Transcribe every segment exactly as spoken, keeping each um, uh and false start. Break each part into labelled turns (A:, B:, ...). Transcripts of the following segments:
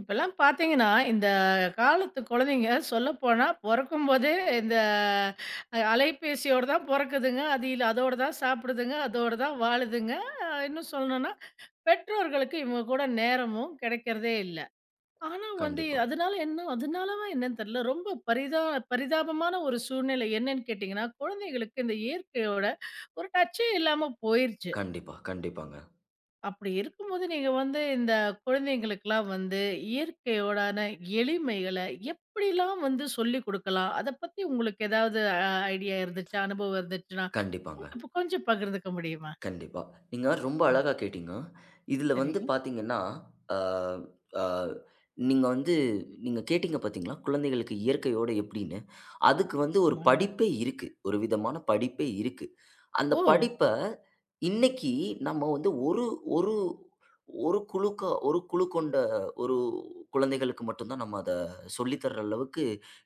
A: இப்பல்லாம் பார்த்தீங்கன்னா, இந்த காலத்து குழந்தைங்க சொல்லப்போனா பொறக்கும்போதே இந்த அ அலைபேசியோட தான் பொறக்குதுங்க. அது இல்ல அதோட தான் சாப்பிடுதுங்க. அதோட தான் வாழுதுங்க. அ இன்னும் சொல்லணும்னா, பெற்றோர்களுக்கு இவங்க கூட நேரமும் கிடைக்கிறதே இல்ல. ஆனா வந்து
B: கண்டிப்பா.
A: அதனால என்ன அதனாலவா என்னன்னு தெரியல. ரொம்ப பரிதா பரிதாபமான ஒரு சூழ்நிலை என்னன்னு கேட்டீங்கன்னா, குழந்தைகளுக்கு இந்த இயற்கையோட ஒரு டச்சே இல்லாம போயிருச்சு.
B: கண்டிப்பா, கண்டிப்பாங்க.
A: அப்படி இருக்கும்போது நீங்க வந்து இந்த குழந்தைங்களுக்கெல்லாம் வந்து இயற்கையோடான எளிமைகளை எப்படிலாம் வந்து சொல்லி கொடுக்கலாம்? அத பத்தி உங்களுக்கு ஏதாவது அ ஐடியா இருந்துச்சா? அனுபவம் இருந்துச்சுன்னா,
B: கண்டிப்பாங்க.
A: கொஞ்சம் பு- கொஞ்சம் பகிர்ந்துக்க முடியுமா?
B: கண்டிப்பா. நீங்க ரொம்ப அழகா கேட்டீங்க. இதுல வந்து
A: சரிங்க.
B: பாத்தீங்கன்னா, அ அ நீங்க வந்து நீங்க கேட்டீங்க பாத்தீங்களா? குழந்தைகளுக்கு இயற்கையோட எப்படின்னு. அதுக்கு வந்து ஒரு
A: ஆமாங்க.
B: படிப்பே இருக்கு. ஒரு விதமான படிப்பே இருக்கு. அந்த
A: ஓ!
B: படிப்ப இன்னைக்கு நம்ம வந்து ஒரு ஒரு ஒரு குழுக்க ஒரு குழு கொண்ட ஒரு குழந்தைகளுக்கு மட்டும் தான் நம்ம அத சொல்லி தர்ற அளவுக்கு,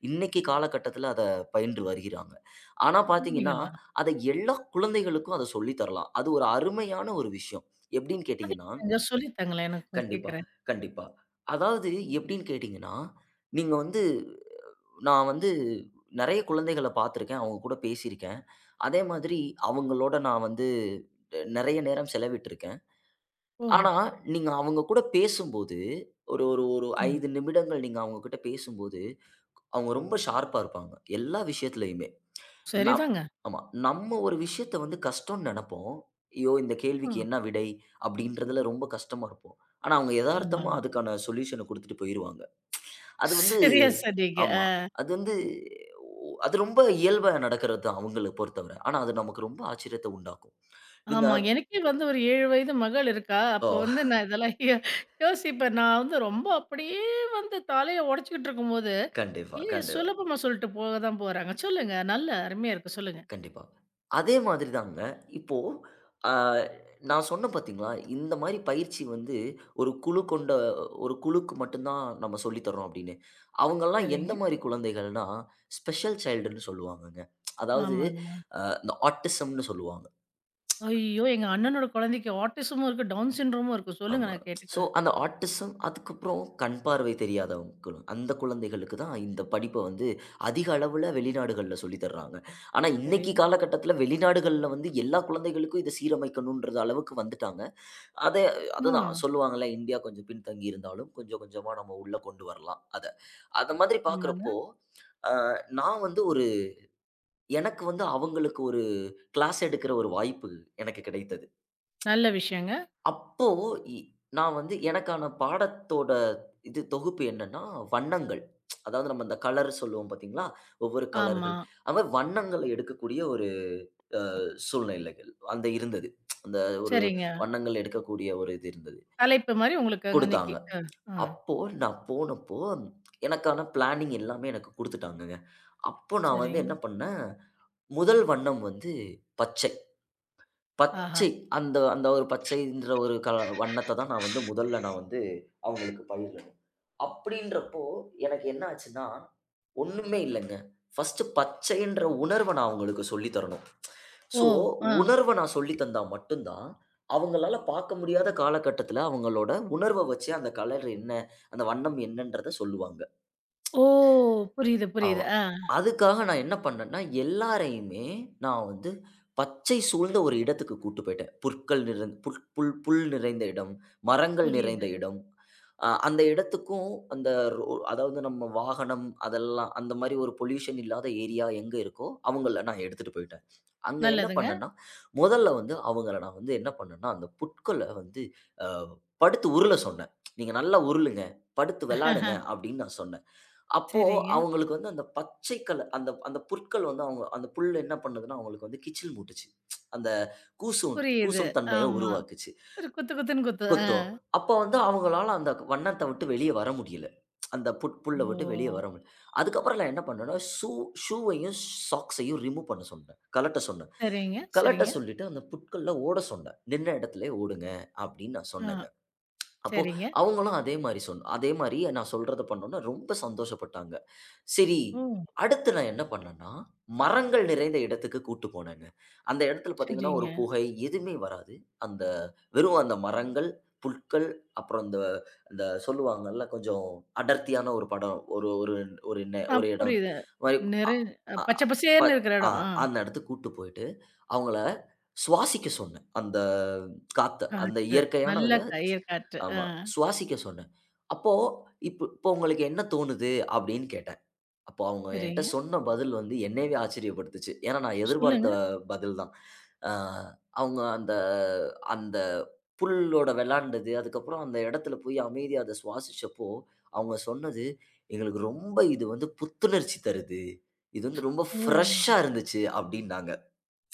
B: இன்னைக்கு காலகட்டத்தில அத பயின்று வருகிறாங்க. ஆனா பாத்தீங்கன்னா
A: அப்படிங்களா?
B: அத எல்லா குழந்தைகளுக்கும் அத சொல்லி தரலாம். அது ஒரு அருமையான ஒரு விஷயம். எப்படின்னு
A: அது
B: கேட்டீங்கன்னா
A: என்னங்க சொல்லி தாங்களேன் எனக்கு
B: கண்டிப்பா,
A: கேட்கிறேன்.
B: கண்டிப்பா. அதாவது எப்படின்னு கேட்டீங்கன்னா, நீங்க வந்து நான் வந்து நெறைய குழந்தைகள பார்த்துருக்கேன். அவங்க கூட பேசியிருக்கேன். அதே மாதிரி அவங்களோட நான் வந்து நெறைய நேரம் செலவிட்டுருக்கேன்.
A: ஓ!
B: ஆனா, நீங்க அவங்க கூட பேசும்போது ஒரு ஒரு ஒரு
A: ம்.
B: ஐந்து நிமிடங்கள் நீங்க அவங்க கிட்ட பேசும்போது, அவங்க ரொம்ப ஷார்ப்பா இருப்பாங்க. எல்லா விஷயத்திலயுமே. நம்
A: சரிதாங்க.
B: ஆமா. நம்ம ஒரு விஷயத்த வந்து கஷ்டம்னு நெனப்போம். "ஐயோ! இந்த
A: ஆ.
B: கேள்விக்கு என்ன விடை?" அப்படின்றதுல ரொம்ப கஷ்டமா இருப்போம். ஆனா, அவங்க எதார்த்தமா
A: ஆமாங்க.
B: அதுக்கான சொல்யூஷன குடுத்துட்டு போயிருவாங்க. அது வந்து
A: சரியா சொன்னீங்க.
B: ஆமா. அது வந்து அது ரொம்ப இயல்பா நடக்கிறது தான் அவங்கள பொறுத்தவர. ஆனா, அது நமக்கு ரொம்ப ஆச்சரியத்த உண்டாக்கும். நீங்க
A: ஆமா. எனக்கே வந்து ஒரு ஏழு வயது மகள் இருக்கா. அப்ப
B: ஓ!
A: வந்து நான் இதெல்லாம் யோ யோசிப்பேன். நான் வந்து ரொம்ப அப்படியே வந்து தலைய உடைச்சுக்கிட்டு இருக்கும்போது,
B: கண்டிப்பா,
A: ஏ
B: கண்டிப்பா.
A: சுலபமா சொல்லிட்டு போக தான் போறாங்க. சொல்லுங்க. நல்ல அருமையா இருக்கு. சொல்லுங்க.
B: கண்டிப்பா. அதே மாதிரி தாங்க. இப்போ அ நான் சொன்னேன் பார்த்தீங்களா? இந்த மாரி பயிற்சி வந்து ஒரு குழு கொண்ட ஒரு குழுக்கு மட்டும் தான் நம்ம சொல்லி தர்றோம் அப்படின்னு. அவங்கலாம் எந்த
A: சரிங்க.
B: மாரி குழந்தைகள்னா, ஸ்பெஷல் சைல்டுன்னு சொல்லுவாங்கங்க. அதாவது
A: ஆமாங்க.
B: அ இந்த ஆட்டிசம்ன்னு சொல்லுவாங்க.
A: ஐயோ! எங்க அண்ணனோட குழந்தைக்கு ஆட்டிசமும் இருக்கு, டவுன் சிண்ட்ரோமும் இருக்கு. சொல்லுங்க
B: ஆமா.
A: நான்
B: ஸோ
A: கேட்டுக்கிறேன்.
B: அந்த ஆட்டிசம் அதுக்கப்புறம் கண் பார்வை தெரியாதவங்களும், அந்த குழந்தைகளுக்கு தான் இந்த படிப்ப வந்து அதிக அளவுல வெளிநாடுகள்ல சொல்லி தர்றாங்க. ஆனா, இன்னைக்கு
A: விரைவா.
B: காலகட்டத்தில வெளிநாடுகள்ல வந்து எல்லா குழந்தைகளுக்கும் இத சீரமைக்கணும்ன்றது அளவுக்கு வந்துட்டாங்க. அத
A: ஆ.
B: அதுதான் சொல்லுவாங்கல்ல, இந்தியா கொஞ்சம் பின்தங்கி இருந்தாலும் கொஞ்சம் கொஞ்சமா நம்ம உள்ள கொண்டு வரலாம் அத. அந்த மாதிரி
A: ஆமாங்க.
B: பார்க்கிறப்போ, அ நான் வந்து ஒரு எனக்கு வந்து அவங்களுக்கு ஒரு கிளாஸ் எடுக்கிற ஒரு வாய்ப்பு எனக்கு கிடைத்தது.
A: நல்ல விஷயங்க.
B: அப்போ இ நான் வந்து எனக்கான பாடத்தோட இது தொகுப்பு என்னன்னா, வண்ணங்கள். அதாவது நம்ம இந்த கலர் சொல்லுவோம் பார்த்தீங்களா? ஒவ்வொரு
A: ஆமா.
B: கலர்கள். அது மாரி வண்ணங்களை எடுக்கக்கூடிய ஒரு சூழ்நிலைகள் அந்த இருந்தது. அந்த ஒரு
A: சரிங்க.
B: வண்ணங்கள் எடுக்கக்கூடிய ஒரு இது இருந்தது.
A: தலைப்பு மாரி உங்களுக்கு அன்னைக்கு.
B: குடுத்தாங்க.
A: அ, ஆ.
B: அப்போ நான் போனப்போ, எனக்கான பிளானிங் எல்லாமே எனக்கு குடுத்துட்டாங்கங்க. அப்போ நான் வந்து
A: சரிங்க.
B: என்ன பண்ணேன், முதல் வண்ணம் வந்து பச்சை.
A: ஆஹா.
B: பச்சை அந்த அந்த ஒரு பச்சைன்ற ஒரு கல வண்ணத்த தான் நான் வந்து முதல்ல நான் வந்து அவங்களுக்கு பயிர்ல அப்படின்றப்போ, எனக்கு என்ன ஆச்சுன்னா, ஒண்ணுமே இல்லங்க. ஃபர்ஸ்ட்டு பச்சைன்ற உணர்வ நான் அவங்களுக்கு சொல்லி தரணும்.
A: ஓ!
B: ஸோ,
A: ஆ.
B: உணர்வ நான் சொல்லி தந்தா மட்டும் தான், அவங்களால பார்க்க முடியாத காலகட்டத்தில அவங்களோட உணர்வ வச்சு அந்த கலர் என்ன? அந்த வண்ணம் என்னன்றத சொல்லுவாங்க.
A: ஓ! புரியுது, புரியுது.
B: ஆமா.
A: ஆ.
B: அதுக்காக நான் என்ன பண்ணேன்னா, எல்லாரையுமே நான் வந்து பச்சை சூழ்ந்த ஒரு இடத்துக்கு கூட்டு போயிட்டேன். புற்கள் நிறைந் புற் புல் புல் நிறைந்த இடம், மரங்கள் நிறைந்த
A: புரியுது.
B: இடம். அ அந்த இடத்துக்கும் அந்த ரோ அதாவது நம்ம வாகனம் அதெல்லாம் அந்த மாரி ஒரு பொல்யூஷன் இல்லாத ஏரியா எங்க இருக்கோ, அவங்கள நான் எடுத்துட்டு போயிட்டேன். அங்க என்ன
A: நல்லதுங்க.
B: பண்ணேன்னா, முதல்ல வந்து அவங்கள நான் வந்து என்ன பண்ணேன்னா, அந்த புட்கள வந்து அ படுத்து உருள சொன்னேன். "நீங்க நல்லா உருளுங்க, படுத்து வெளாடுங்க" அப்படின்னு நான் சொன்னேன். அப்போ
A: சரிங்க.
B: அவங்களுக்கு வந்து அந்த பச்சை கலர் அந்த அந்த புற்கள் வந்து அவங்க அந்த புல் என்ன பண்ணுதுன்னா, அவங்களுக்கு வந்து கிச்சில் மூட்டுச்சு. அந்த கூசும்
A: புரியுது.
B: கூசும் தன்மைய
A: ஆமா.
B: உருவாக்குச்சு.
A: ஒரு குத்து குத்துன்னு குத்து. அ.
B: குத்தும். அப்ப வந்து அவங்களால அந்த வண்ணத்த விட்டு வெளிய வர முடியல. அந்த புட் புல்ல விட்டு வெளிய வர
A: ஓ!
B: முடியல. அதுக்கப்புறம் நான் என்ன பண்ணேன்னா, ஷூ ஷூவையும் சாக்ஸையும் ரிமூவ் பண்ண சொன்னேன். கழட்ட சொன்னேன்.
A: சரிங்க,
B: கழட்ட
A: சரிங்க.
B: சொல்லிட்டு அந்த புற்கள்ல ஓட சொன்னேன். "நின்ன இடத்திலேயே ஓடுங்க" அப்படின்னு நான் சொன்னேங்க.
A: ஆ.
B: அப்போ
A: சரிங்க.
B: அவங்களும் அதே மாரி சொன் அதே மாரி நான் சொல்றத பண்ணோன்னே ரொம்ப சந்தோஷப்பட்டாங்க. சரி,
A: ஓ!
B: அடுத்து நான் என்ன பண்ணேன்னா, மரங்கள் நிறைந்த இடத்துக்கு கூட்டு போனேங்க. அந்த இடத்துல பார்த்தீங்கன்னா, ஒரு
A: சரிங்க.
B: புகை எதுவுமே வராது. அந்த வெறும் அந்த மரங்கள், புற்கள் அப்புறம் அந்த அந்த சொல்லுவாங்கல்ல கொஞ்சம் அடர்த்தியான ஒரு படம் ஒரு ஒரு ஒரு நெ
A: ஆ
B: ஒரு இடம்
A: புரியுது.
B: மாரி அ
A: நிறை அ
B: அ
A: பச்சை
B: அ- ப
A: பசேல்ன்னு இருக்கிற
B: ஆ
A: இடம். ஆ.
B: அந்த இடத்துக்கு கூட்டு போயிட்டு, அவங்கள சுவாசிக்க சொன்னேன். அந்த காத்த அந்த
A: காற்று.
B: இயற்கையான
A: நல்ல க இயற்காற்று. ஆ.
B: ஆமா. சுவாசிக்க சொன்னேன். அப்போ இப்போ இப்போ உங்களுக்கு என்ன தோணுது? அப்படின்னு கேட்டேன். அப்போ அவங்க என்ட்ட
A: சரிங்க.
B: சொன்ன பதில் வந்து என்னையவே ஆச்சரியப்படுத்துச்சு. ஏன்னா நான் எதிர்பார்த்த
A: சொல்லுங்க.
B: பதில் தான். அ அவங்க அந்த அந்த புல்லோட வெளாண்டது, அதுக்கப்புறம் அந்த இடத்துல போய் அமைதியா அத சுவாசிச்சப்போ, அவங்க சொன்னது, "எங்களுக்கு ரொம்ப இது வந்து புத்துணர்ச்சி தருது. இது வந்து ரொம்ப
A: ஓ!
B: ஃப்ரெஷ்ஷா இருந்துச்சு" அப்படின்னாங்க.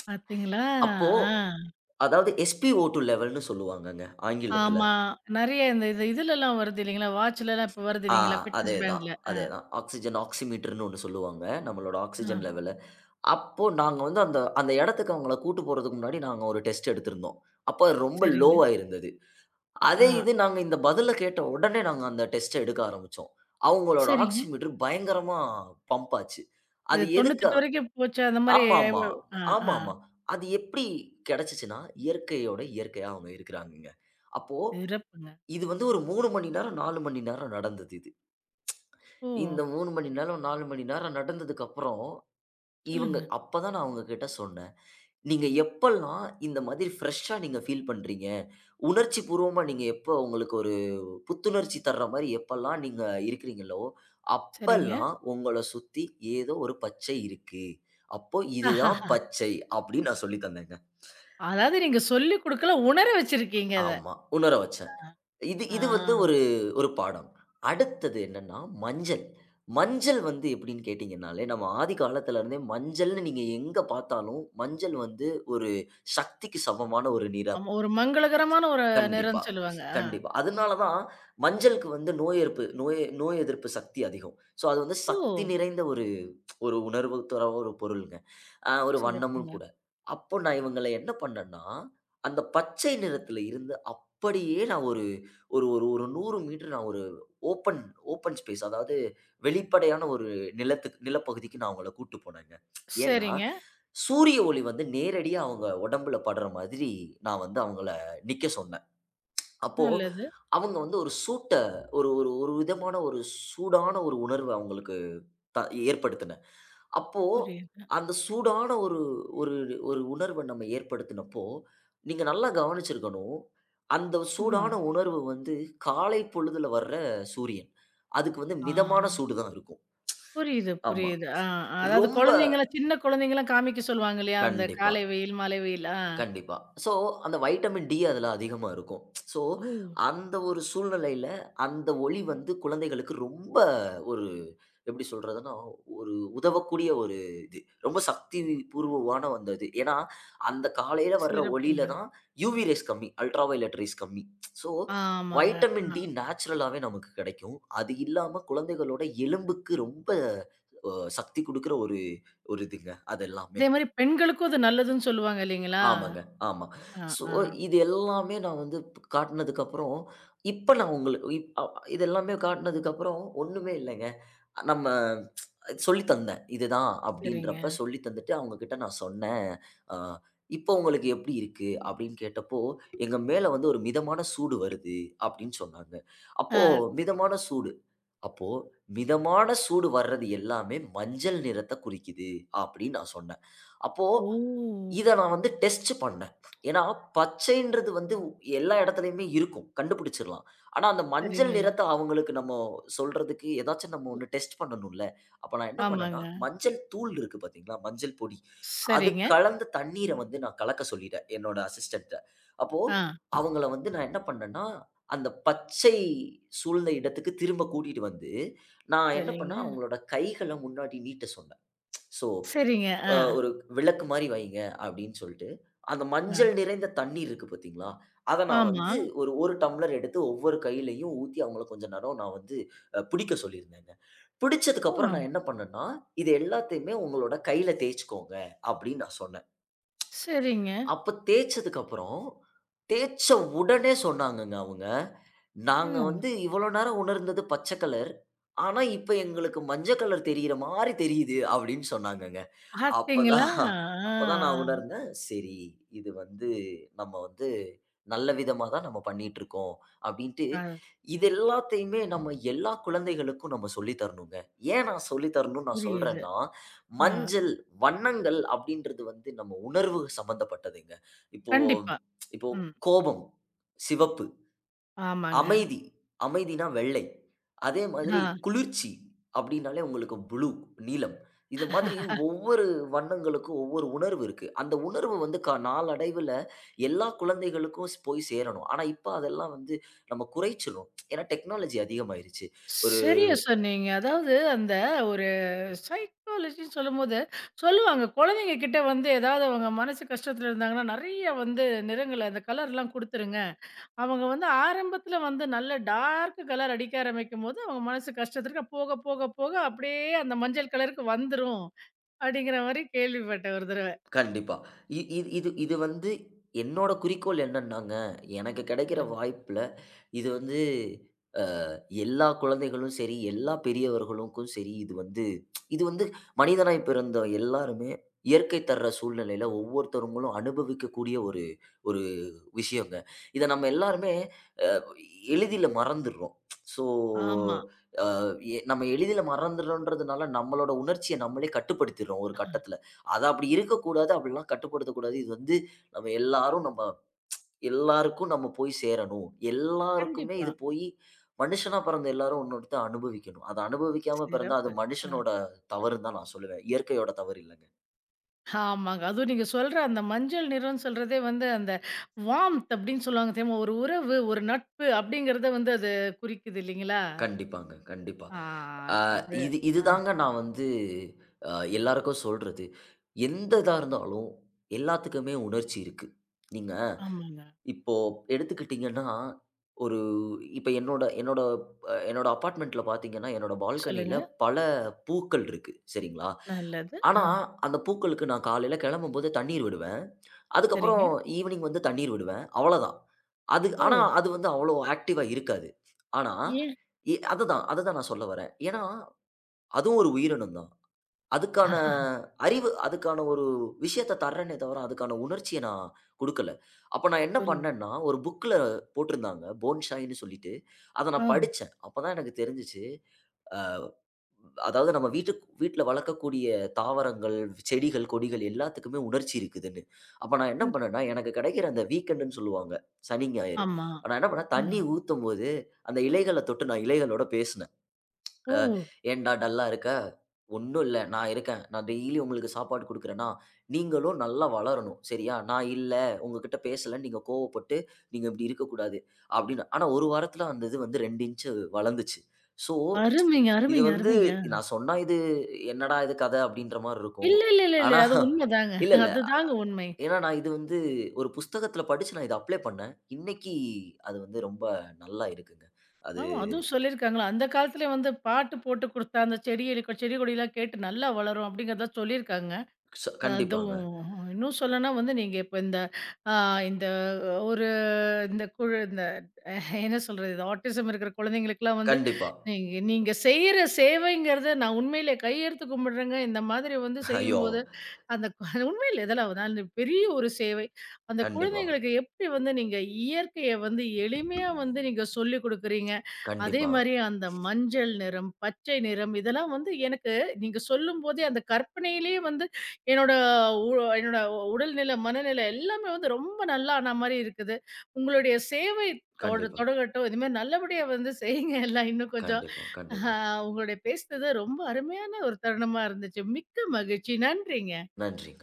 A: பார்த்தீங்களா?
B: அப்போ
A: ஆ.
B: அதாவது எஸ்பிஓ2 லெவல்ன்னு சொல்லுவாங்கங்க ஆங்கிலத்துல.
A: ஆமா. நெறைய இந்த இது இதுலலாம் வருது இல்லைங்களா? வாட்ச்லலாம் இப்ப வருது
B: ஆ
A: இல்லைங்களா? ஃபிட்னஸ்
B: அதேதான்,
A: பேண்ட்ல. ஆ.
B: அதேதான். ஆக்ஸிஜன் ஆக்சிமீட்டர்ன்னு ஒண்ணு சொல்லுவாங்க. நம்மளோட
A: ஆ.
B: ஆக்ஸிஜன் லெவல. அப்போ நாங்க வந்து அந்த அந்த இடத்துக்கு அவங்கள கூட்டு போறதுக்கு முன்னாடி நாங்க ஒரு டெஸ்ட் எடுத்திருந்தோம். அப்ப அது ரொம்ப
A: சரிங்க.
B: லோவா இருந்தது.
A: ஆ.
B: அதே இது நாங்க இந்த பதில கேட்ட உடனே நாங்க அந்த டெஸ்ட்ட எடுக்க ஆரம்பிச்சோம். அவங்களோட
A: சரிங்க.
B: ஆக்ஸிமீட்டர் பயங்கரமா பம்ப் ஆச்சு.
A: இது
B: அது எதுக்கு
A: தொண்ணூற்று எட்டு வரைக்கும் போச்சா? அந்த மாரி
B: ஆமாமா,
A: ஆ, ஆ.
B: ஆமாமா. அது எப்படி கிடைச்சுச்சுன்னா, இயற்கையோட இயற்கையா அவங்க இருக்கிறாங்கங்க. அப்போ
A: சிறப்புங்க.
B: இது வந்து ஒரு மூணு மணி நேரம், நாலு மணி நேரம் நடந்தது இது.
A: ஓ!
B: இந்த மூணு மணி நேரம், நாலு மணி நேரம் நடந்ததுக்கப்புறம், இவங்க
A: சொல்லுங்க.
B: அப்பதான் நான் அவங்க கிட்ட சொன்னேன். "நீங்க எப்பல்லாம் இந்த மாதிரி ஃப்ரெஷ்ஷா நீங்க ஃபீல் பண்றீங்க? உணர்ச்சி பூர்வமா நீங்க எப்ப உங்களுக்கு ஒரு புத்துணர்ச்சி தர்ற மாரி எப்பல்லாம் நீங்க இருக்கிறீங்களோ,
A: சரிங்க.
B: அப்பல்லாம் உங்கள சுத்தி ஏதோ ஒரு பச்சை இருக்கு. அப்போ இதுதான்
A: ஆஹாஹா.
B: பச்சை" அப்படின்னு நான் சொல்லி தந்தேங்க.
A: அதாவது நீங்க சொல்லிக் குடுக்கல, உணர வச்சிருக்கீங்க அத.
B: ஆமா. உணர வச்சேன். இது இது வந்து ஒரு
A: ஆ.
B: ஒரு பாடம். அடுத்தது என்னன்னா, மஞ்சள். மஞ்சள் வந்து எப்படின்னு கேட்டீங்கன்னாலே, நம்ம ஆதி காலத்துல இருந்தே மஞ்சள்னு நீங்க எங்க பார்த்தாலும், மஞ்சள் வந்து ஒரு சக்திக்கு சமமான ஒரு நிறம்.
A: ஆமா. ஒரு மங்களகரமான ஒரு
B: கண்டிப்பா,
A: நிறம்ன்னு சொல்லுவாங்க. ஆ.
B: கண்டிப்பா. அதனால தான் மஞ்சளுக்கு வந்து நோய் எதிர்ப்பு நோய் நோய் எதிர்ப்பு சக்தி அதிகம். ஸோ, அது வந்து
A: ஓ!
B: சக்தி நிறைந்த ஒரு ஒரு உணர்வு தர ஒரு பொருளுங்க. அ ஒரு வண்ணமும்
A: சிறப்புங்க.
B: கூட. அப்போ நான் இவங்கள என்ன பண்ணேன்னா, அந்த பச்சை நிறத்தில இருந்து அப்படியே நான் ஒரு ஒரு ஒரு ஒரு நூறு மீட்டர் நான் ஒரு ஓப்பன் ஓப்பன் ஸ்பேஸ் அதாவது வெளிப்படையான ஒரு நிலத்துக்கு நிலப்பகுதிக்கு நான் அவங்கள கூட்டு போனேங்க. ஏன்னா,
A: சரிங்க.
B: சூரிய ஒளி வந்து நேரடியா அவங்க உடம்புல படுற மாதிரி நான் வந்து அவங்கள நிக்க சொன்னேன். அப்போ
A: நல்லது.
B: அவங்க வந்து ஒரு சூட்ட ஒரு ஒரு ஒரு விதமான ஒரு சூடான ஒரு உணர்வு அவங்களுக்கு த ஏற்படுத்தினேன். அப்போ
A: புரியுது.
B: அந்த சூடான ஒரு ஒரு ஒரு உணர்வ நம்ம ஏற்படுத்தினப்போ, நீங்க நல்லா கவனிச்சிருக்கணும். அந்த
A: ஆ.
B: சூடான உணர்வு வந்து காலை பொழுதுல வர்ற சூரியன். அதுக்கு வந்து
A: ஆ.
B: மிதமான சூடு தான் இருக்கும்.
A: புரியுது,
B: ஆமா.
A: புரியுது. ஆ, ஆ. அதாவது
B: ரொம்ப
A: குழந்தைங்கள சின்ன குழந்தைங்கலாம் காமிக்க சொல்லுவாங்க இல்லையா? அந்த
B: கண்டிப்பா,
A: காலை வெயில், மாலை வெயில். ஆ.
B: கண்டிப்பா. ஸோ அந்த வைட்டமின் டி அதுல அதிகமா இருக்கும். ஸோ
A: ஓ!
B: அந்த ஒரு சூழ்நிலையில அந்த ஒளி வந்து குழந்தைகளுக்கு ரொம்ப ஒரு எப்படி சொல்றதுன்னா உதவக்கூடிய ஒரு இது. ரொம்ப சக்தி பூர்வமான அந்த இது. ஏன்னா, அந்த காலையில வர்ற ஒளியில
A: சிறப்புங்க.
B: தான் யுவி ரேஸ் கம்மி. அல்ட்ரா வயலட் ரேஸ் கம்மி. ஸோ,
A: ஆமாங்க.
B: வைட்டமின்
A: ஆ.
B: டி நேச்சுரலாவே நமக்கு கிடைக்கும். அது இல்லாம குழந்தைகளோட எலும்புக்கு ரொம்ப அ சக்தி குடுக்குற ஒரு ஒரு இதுங்க. அது எல்லாமே.
A: அதே மாரி பெண்களுக்கும் அது நல்லதுன்னு சொல்லுவாங்க இல்லைங்களா?
B: ஆமாங்க. ஆமா.
A: ஆ,
B: ஸோ,
A: ஆ.
B: இது எல்லாமே நான் வந்து காட்டுனதுக்கப்புறம், இப்ப நான் உங்களுக்கு இப் அ இது எல்லாமே காட்டுனதுக்கப்புறம் ஒண்ணுமே இல்லங்க. நம்ம சொல்லி தந்தேன். இதுதான்
A: சரிங்க.
B: அப்படின்றப்ப சொல்லி தந்துட்டு அவங்க கிட்ட நான் சொன்னேன். அ "இப்போ உங்களுக்கு எப்படி இருக்கு?" அப்படின்னு கேட்டப்போ, "எங்க மேல வந்து ஒரு மிதமான சூடு வருது" அப்படின்னு சொன்னாங்க.
A: ஆ.
B: அப்போ மிதமான சூடு. அப்போ மிதமான சூடு வர்றது எல்லாமே மஞ்சள் நிறத்த குறிக்குது அப்படின்னு நான் சொன்னேன். அப்போ
A: ஓ!
B: இத நான் வந்து டெஸ்ட் பண்ணேன். ஏன்னா, பச்சைன்றது வந்து எல்லா இடத்துலயுமே இருக்கும். கண்டுபிடிச்சிடலாம். ஆனா, அந்த மஞ்சள்
A: சரிங்க.
B: நிறத்த அவங்களுக்கு நம்ம சொல்றதுக்கு ஏதாச்சும் நம்ம ஒண்ணு டெஸ்ட் பண்ணணும்ல. அப்ப நான் என்ன பண்ணேன்னா,
A: ஆமாங்க.
B: மஞ்சள் தூள் இருக்கு பார்த்தீங்களா? மஞ்சள் பொடி. அது
A: சரிங்க.
B: கலந்த தண்ணீர வந்து நான் கலக்க சொல்லிட்டேன், என்னோட அசிஸ்டன்ட்ட. அப்போ
A: ஆ.
B: அவங்கள வந்து நான் என்ன பண்ணேன்னா, அந்த பச்சை சூழ்ந்த இடத்துக்கு திரும்ப கூட்டிட்டு வந்து, நான் என்ன பண்ணேன்,
A: சரிங்க.
B: அவங்களோட கைகள முன்னாடி நீட்ட சொன்னேன். ஸோ
A: சரிங்க.
B: அ
A: ஆ,
B: ஒரு விளக்கு மாரி வைங்க அப்டின்னு சொல்ட்டு, அந்த
A: ஆ.
B: மஞ்சள் நிறைந்த தண்ணீர் இருக்கு பாத்தீங்களா? அத நான்
A: ஆமா.
B: வந்து ஒரு, ஒரு டம்ளர் எடுத்து ஒவ்வொரு கையிலயும் ஊத்தி அவங்கள கொஞ்ச நேரம் நான் வந்து அ பிடிக்க சொல்லியிருந்தேங்க. பிடிச்சதுக்கு அப்புறம்
A: ம்.
B: நான் என்ன பண்ணேன்னா, "இது எல்லாத்தையுமே உங்களோட கையில தேய்ச்சுக்கோங்க" அப்டின்னு நான் சொன்னேன்.
A: சரிங்க.
B: அப்ப தேய்ச்சதுக்கு அப்புறம், தேய்ச்ச உடனே சொன்னாங்கங்க அவங்க, "நாங்க
A: ம்.
B: வந்து இவ்வளோ நேரம் உணர்ந்தது பச்ச கலர். ஆனா இப்ப எங்களுக்கு மஞ்ச கலர் தெரியிற மாரி தெரியுது" அப்டின்னு சொன்னாங்கங்க.
A: பார்த்தீங்களா?
B: அப்பதான்
A: ஆ,
B: அப்பதான் நான் உணர்ந்தேன். சரி, இது வந்து நம்ம வந்து நல்ல விதமா தான் நம்ம பண்ணிட்டுருக்கோம். அப்டின்ட்டு
A: ஆ.
B: இது எல்லாத்தையுமே நம்ம எல்லா குழந்தைகளுக்கும் நம்ம சொல்லி தரணுங்க. ஏன் நான் சொல்லி தரணும்னு நான்
A: புரியுது.
B: சொல்றேன்னா,
A: ஆ.
B: மஞ்சள், வண்ணங்கள் அப்டின்றது வந்து நம்ம உணர்வு சம்மந்தப்பட்டதுங்க. இப்போ
A: கண்டிப்பா.
B: இப்போ
A: ம்.
B: கோபம், சிவப்பு
A: ஆமாங்க.
B: அமைதி. அமைதினா வெள்ளை. அதே மாதிரி
A: ஆ.
B: குளிர்ச்சி அப்டின்னாலே உங்களுக்கு ப்ளூ நீலம். இந்த மாதிரி ஒவ்வொரு வண்ணங்களுக்கும் ஒவ்வொரு உணர்வு இருக்கு. அந்த உணர்வு வந்து க நாளடைவுல எல்லா குழந்தைகளுக்கும் ஸ் போய் சேரணும். ஆனா இப்ப அதெல்லாம் வந்து நம்ம குறைச்சிறோம். ஏன்னா டெக்னாலஜி அதிகமாயிருச்சு. ஒரு
A: சரியா சொன்னீங்க. அதாவது அந்த ஒரு சைக்காலஜின்னு சொல்லும்போது, சொல்லுவாங்க குழந்தைங்க கிட்ட வந்து ஏதாவது அவங்க மனசு கஷ்டத்துல இருந்தாங்கன்னா, நெறைய வந்து நிறங்கள அந்த கலர்லாம் குடுத்துருங்க. அவங்க வந்து ஆரம்பத்துல வந்து நல்ல டார்க் கலர் அடிக்க ஆரம்பிக்கும்போது, அவங்க மனசு கஷ்டத்திற்கு போக, போக, போக அப்படியே அந்த மஞ்சள் கலருக்கு வந்துரும். அப்படிங்கிற மாரி கேள்விப்பட்டேன் ஒரு தடவ.
B: கண்டிப்பா. இ இது இது இது வந்து என்னோட குறிக்கோள் என்னன்னாங்க, எனக்கு கிடைக்கிற
A: சொல்லுங்க.
B: வாய்ப்புல இது வந்து எல்லா குழந்தைகளும் சரி, எல்லா பெரியவர்களுக்கும் சரி, இது வந்து இது வந்து மனிதனாய் பிறந்த எல்லாருமே இயற்கை தர்ற சூழ்நிலையில ஒவ்வொருத்தவங்களும் அனுபவிக்கக்கூடிய ஒரு ஒரு விஷயங்க. இத நம்ம எல்லாருமே எளிதில மறந்துர்றோம். ஸோ
A: ஆமா.
B: எ நம்ம எளிதில மறந்துர்றோன்றதுனால, நம்மளோட உணர்ச்சிய நம்மளே கட்டுப்படுத்திர்றோம் ஒரு கட்டத்தில. அது அப்படி இருக்கக்கூடாது, அப்படிலாம் கட்டுப்படுத்தக்கூடாது. இது வந்து நம்ம எல்லாரும் நம்ம எல்லாருக்கும் நம்ம போய் சேரணும். எல்லாருக்குமே
A: கண்டிப்பா.
B: இது போயி மனுஷனா பிறந்த எல்லாரும் இன்னொருத்தன் அனுபவிக்கணும். அத அனுபவிக்காம பிறந்தா, அது
A: சிறப்பு. அ.
B: மனுஷனோட தவறுன்னு தான் நான் சொல்லுவேன். இயற்கையோட தவறு இல்லங்க.
A: ஆமாங்க. அதுவும் நீங்க சொல்ற அந்த மஞ்சள் நிறம்னு சொல்றதே வந்து அந்த வார்ம்த் அப்படின்னு சொல்லுவாங்க தெரியுமா? ஒரு உறவு, ஒரு நட்பு அப்படிங்கிறத வந்து அது குறிக்குது இல்லைங்களா?
B: கண்டிப்பாங்க, கண்டிப்பா.
A: ஆ
B: அ
A: அது
B: இது
A: ஆ
B: இதுதாங்க நான் வந்து அ எல்லாருக்கும் சொல்றது. எந்த இதா இருந்தாலும் எல்லாத்துக்குமே உணர்ச்சி இருக்கு. நீங்க
A: ஆமாங்க.
B: இப்போ எடுத்துக்கிட்டீங்கன்னா, ஒரு இப்ப என்னோட என்னோட அ என்னோட அபார்ட்மெண்ட்ல பார்த்தீங்கன்னா, என்னோட பால்கனியில
A: சொல்லுங்க.
B: பல பூக்கள் இருக்கு. சரிங்களா?
A: நல்லது.
B: ஆனா,
A: ஆ
B: அந்த பூக்களுக்கு நான் காலையில கிளம்பும்போது தண்ணீர் விடுவேன்.
A: சரிங்க.
B: அதுக்கப்புறம் ஈவ்னிங் வந்து தண்ணீர் விடுவேன். அவ்வளதான். அது
A: ஓ!
B: ஆனா, அது வந்து அவ்வளோ ஆக்டிவா இருக்காது. ஆனா,
A: ஏன்?
B: எ அதுதான் அதுதான் நான் சொல்ல வரேன். ஏன்னா, அதுவும் ஒரு உயிரினம் தான். அதுக்கான
A: ஆஹா,
B: அறிவு, அதுக்கான ஒரு விஷயத்த தர்றேனே தவிர, அதுக்கான உணர்ச்சிய நான் குடுக்கல. அப்ப நான் என்ன
A: புரியுது.
B: பண்ணேன்னா, ஒரு புக்ல போட்டிருந்தாங்க. போன்சாய்ன்னு சொல்லிட்டு. அத
A: ஆ
B: நான் படிச்சேன். அப்பதான் எனக்கு தெரிஞ்சுச்சு. அ அதாவது நம்ம வீட்டுக் வீட்ல வளர்க்கக்கூடிய தாவரங்கள், செடிகள், கொடிகள் எல்லாத்துக்குமே உணர்ச்சி இருக்குதுன்னு. அப்ப நான் என்ன
A: கண்டி
B: பண்ணேன்னா, எனக்கு கிடைக்கிற அந்த வீக்கெண்டுன்னு சொல்லுவாங்க. சனி, ஞாயிறு.
A: ஆமா.
B: நான் என்ன பண்ணேன்,
A: ஆ.
B: தண்ணி ஊத்தும்போது, அந்த இலைகள தொட்டு நான் இலைகளோட பேசினேன். அ
A: ஓ!
B: "ஏன்டா டல்லா இருக்க? ஒண்ணும் இல்ல. நான் இருக்கேன். நான் டெய்லி உங்களுக்கு சாப்பாடு குடுக்குறேன்னா, நீங்களும் நல்லா வளரணும். சரியா? நான் இல்ல, உங்ககிட்ட பேசலன்னு நீங்க கோவப்பட்டு, நீங்க இப்படி இருக்கக்கூடாது." அப்படின்னு. ஆனா ஒரு வாரத்துல அந்த இது வந்து ரெண்டு இன்ச் வளர்ந்துச்சு. ஸோ,
A: அருமைங்க,
B: இது
A: அருமைங்க,
B: வந்து
A: அருமைங்க.
B: நான் சொன்னா இது "என்னடா இது கதை?" அப்படின்ற மாரி இருக்கும்.
A: இல்ல, இல்ல, இல்ல, இல்ல.
B: ஆனா
A: அது உண்மதாங்க.
B: இல்ல, இல்ல.
A: அதுதாங்க உண்மை.
B: ஏன்னா நான் இது வந்து ஒரு புஸ்தகத்துல படிச்சு நான் இத அப்ளை பண்ணேன். இன்னைக்கு அது வந்து ரொம்ப நல்லா இருக்குங்க. அது
A: ஆமா. அதுவும் சொல்லியிருக்காங்களா? அந்த காலத்திலே வந்து பாட்டு போட்டு குடுத்தா, அந்த செடி கொ செடி கொடிலாம் கேட்டு நல்லா வளரும் அப்படிங்கிறதெல்லாம் சொல்லியிருக்காங்க.
B: ச கண்டிப்பாங்க.
A: அதுவும் இன்னும் சொல்லணும்னா வந்து நீங்க இப்ப இந்த ஆ இந்த ஒரு இந்த குழு இந்த அஹ், என்ன சொல்றது? இது ஆட்டிசம் இருக்கிற குழந்தைங்களுக்கெல்லாம் வந்து,
B: கண்டிப்பா.
A: நீங்க நீங்க செய்ற சேவைங்கிறத நான் உண்மையிலே கையெடுத்து கும்பிடுறேங்க. இந்த மாதிரி வந்து
B: ஐயோ!
A: செய்யும்போது, அந்த கு- உண்மையில இதெல்லாம் நான் பெரிய ஒரு சேவை. அந்த
B: கண்டிப்பா.
A: குழந்தைங்களுக்கு எப்படி வந்து நீங்க இயற்கைய வந்து எளிமையா வந்து நீங்க சொல்லிக் குடுக்குறீங்க. அதே
B: கண்டிப்பா,
A: மாரி அந்த மஞ்சள் நிறம், பச்சை நிறம் இதெல்லாம் வந்து எனக்கு நீங்க சொல்லும்போதே அந்த கற்பனையிலேயே வந்து என்னோட உ என்னோட உடல்நிலை, மனநிலை எல்லாமே வந்து ரொம்ப நல்லா ஆன மாரி இருக்குது. உங்களுடைய சேவை தொட
B: கண்டிப்பா,
A: தொடங்கட்டும். இது மாரி நல்லபடியா வந்து செய்யுங்க எல்லாம் இன்னும் கொஞ்சம்.
B: கண்டிப்பா,
A: அ
B: கண்டிப்பா.
A: உங்களுடைய பேசினது ரொம்ப அருமையான ஒரு தருணமா இருந்துச்சு. மிக்க மகிழ்ச்சி. நன்றிங்க.
B: நன்றி.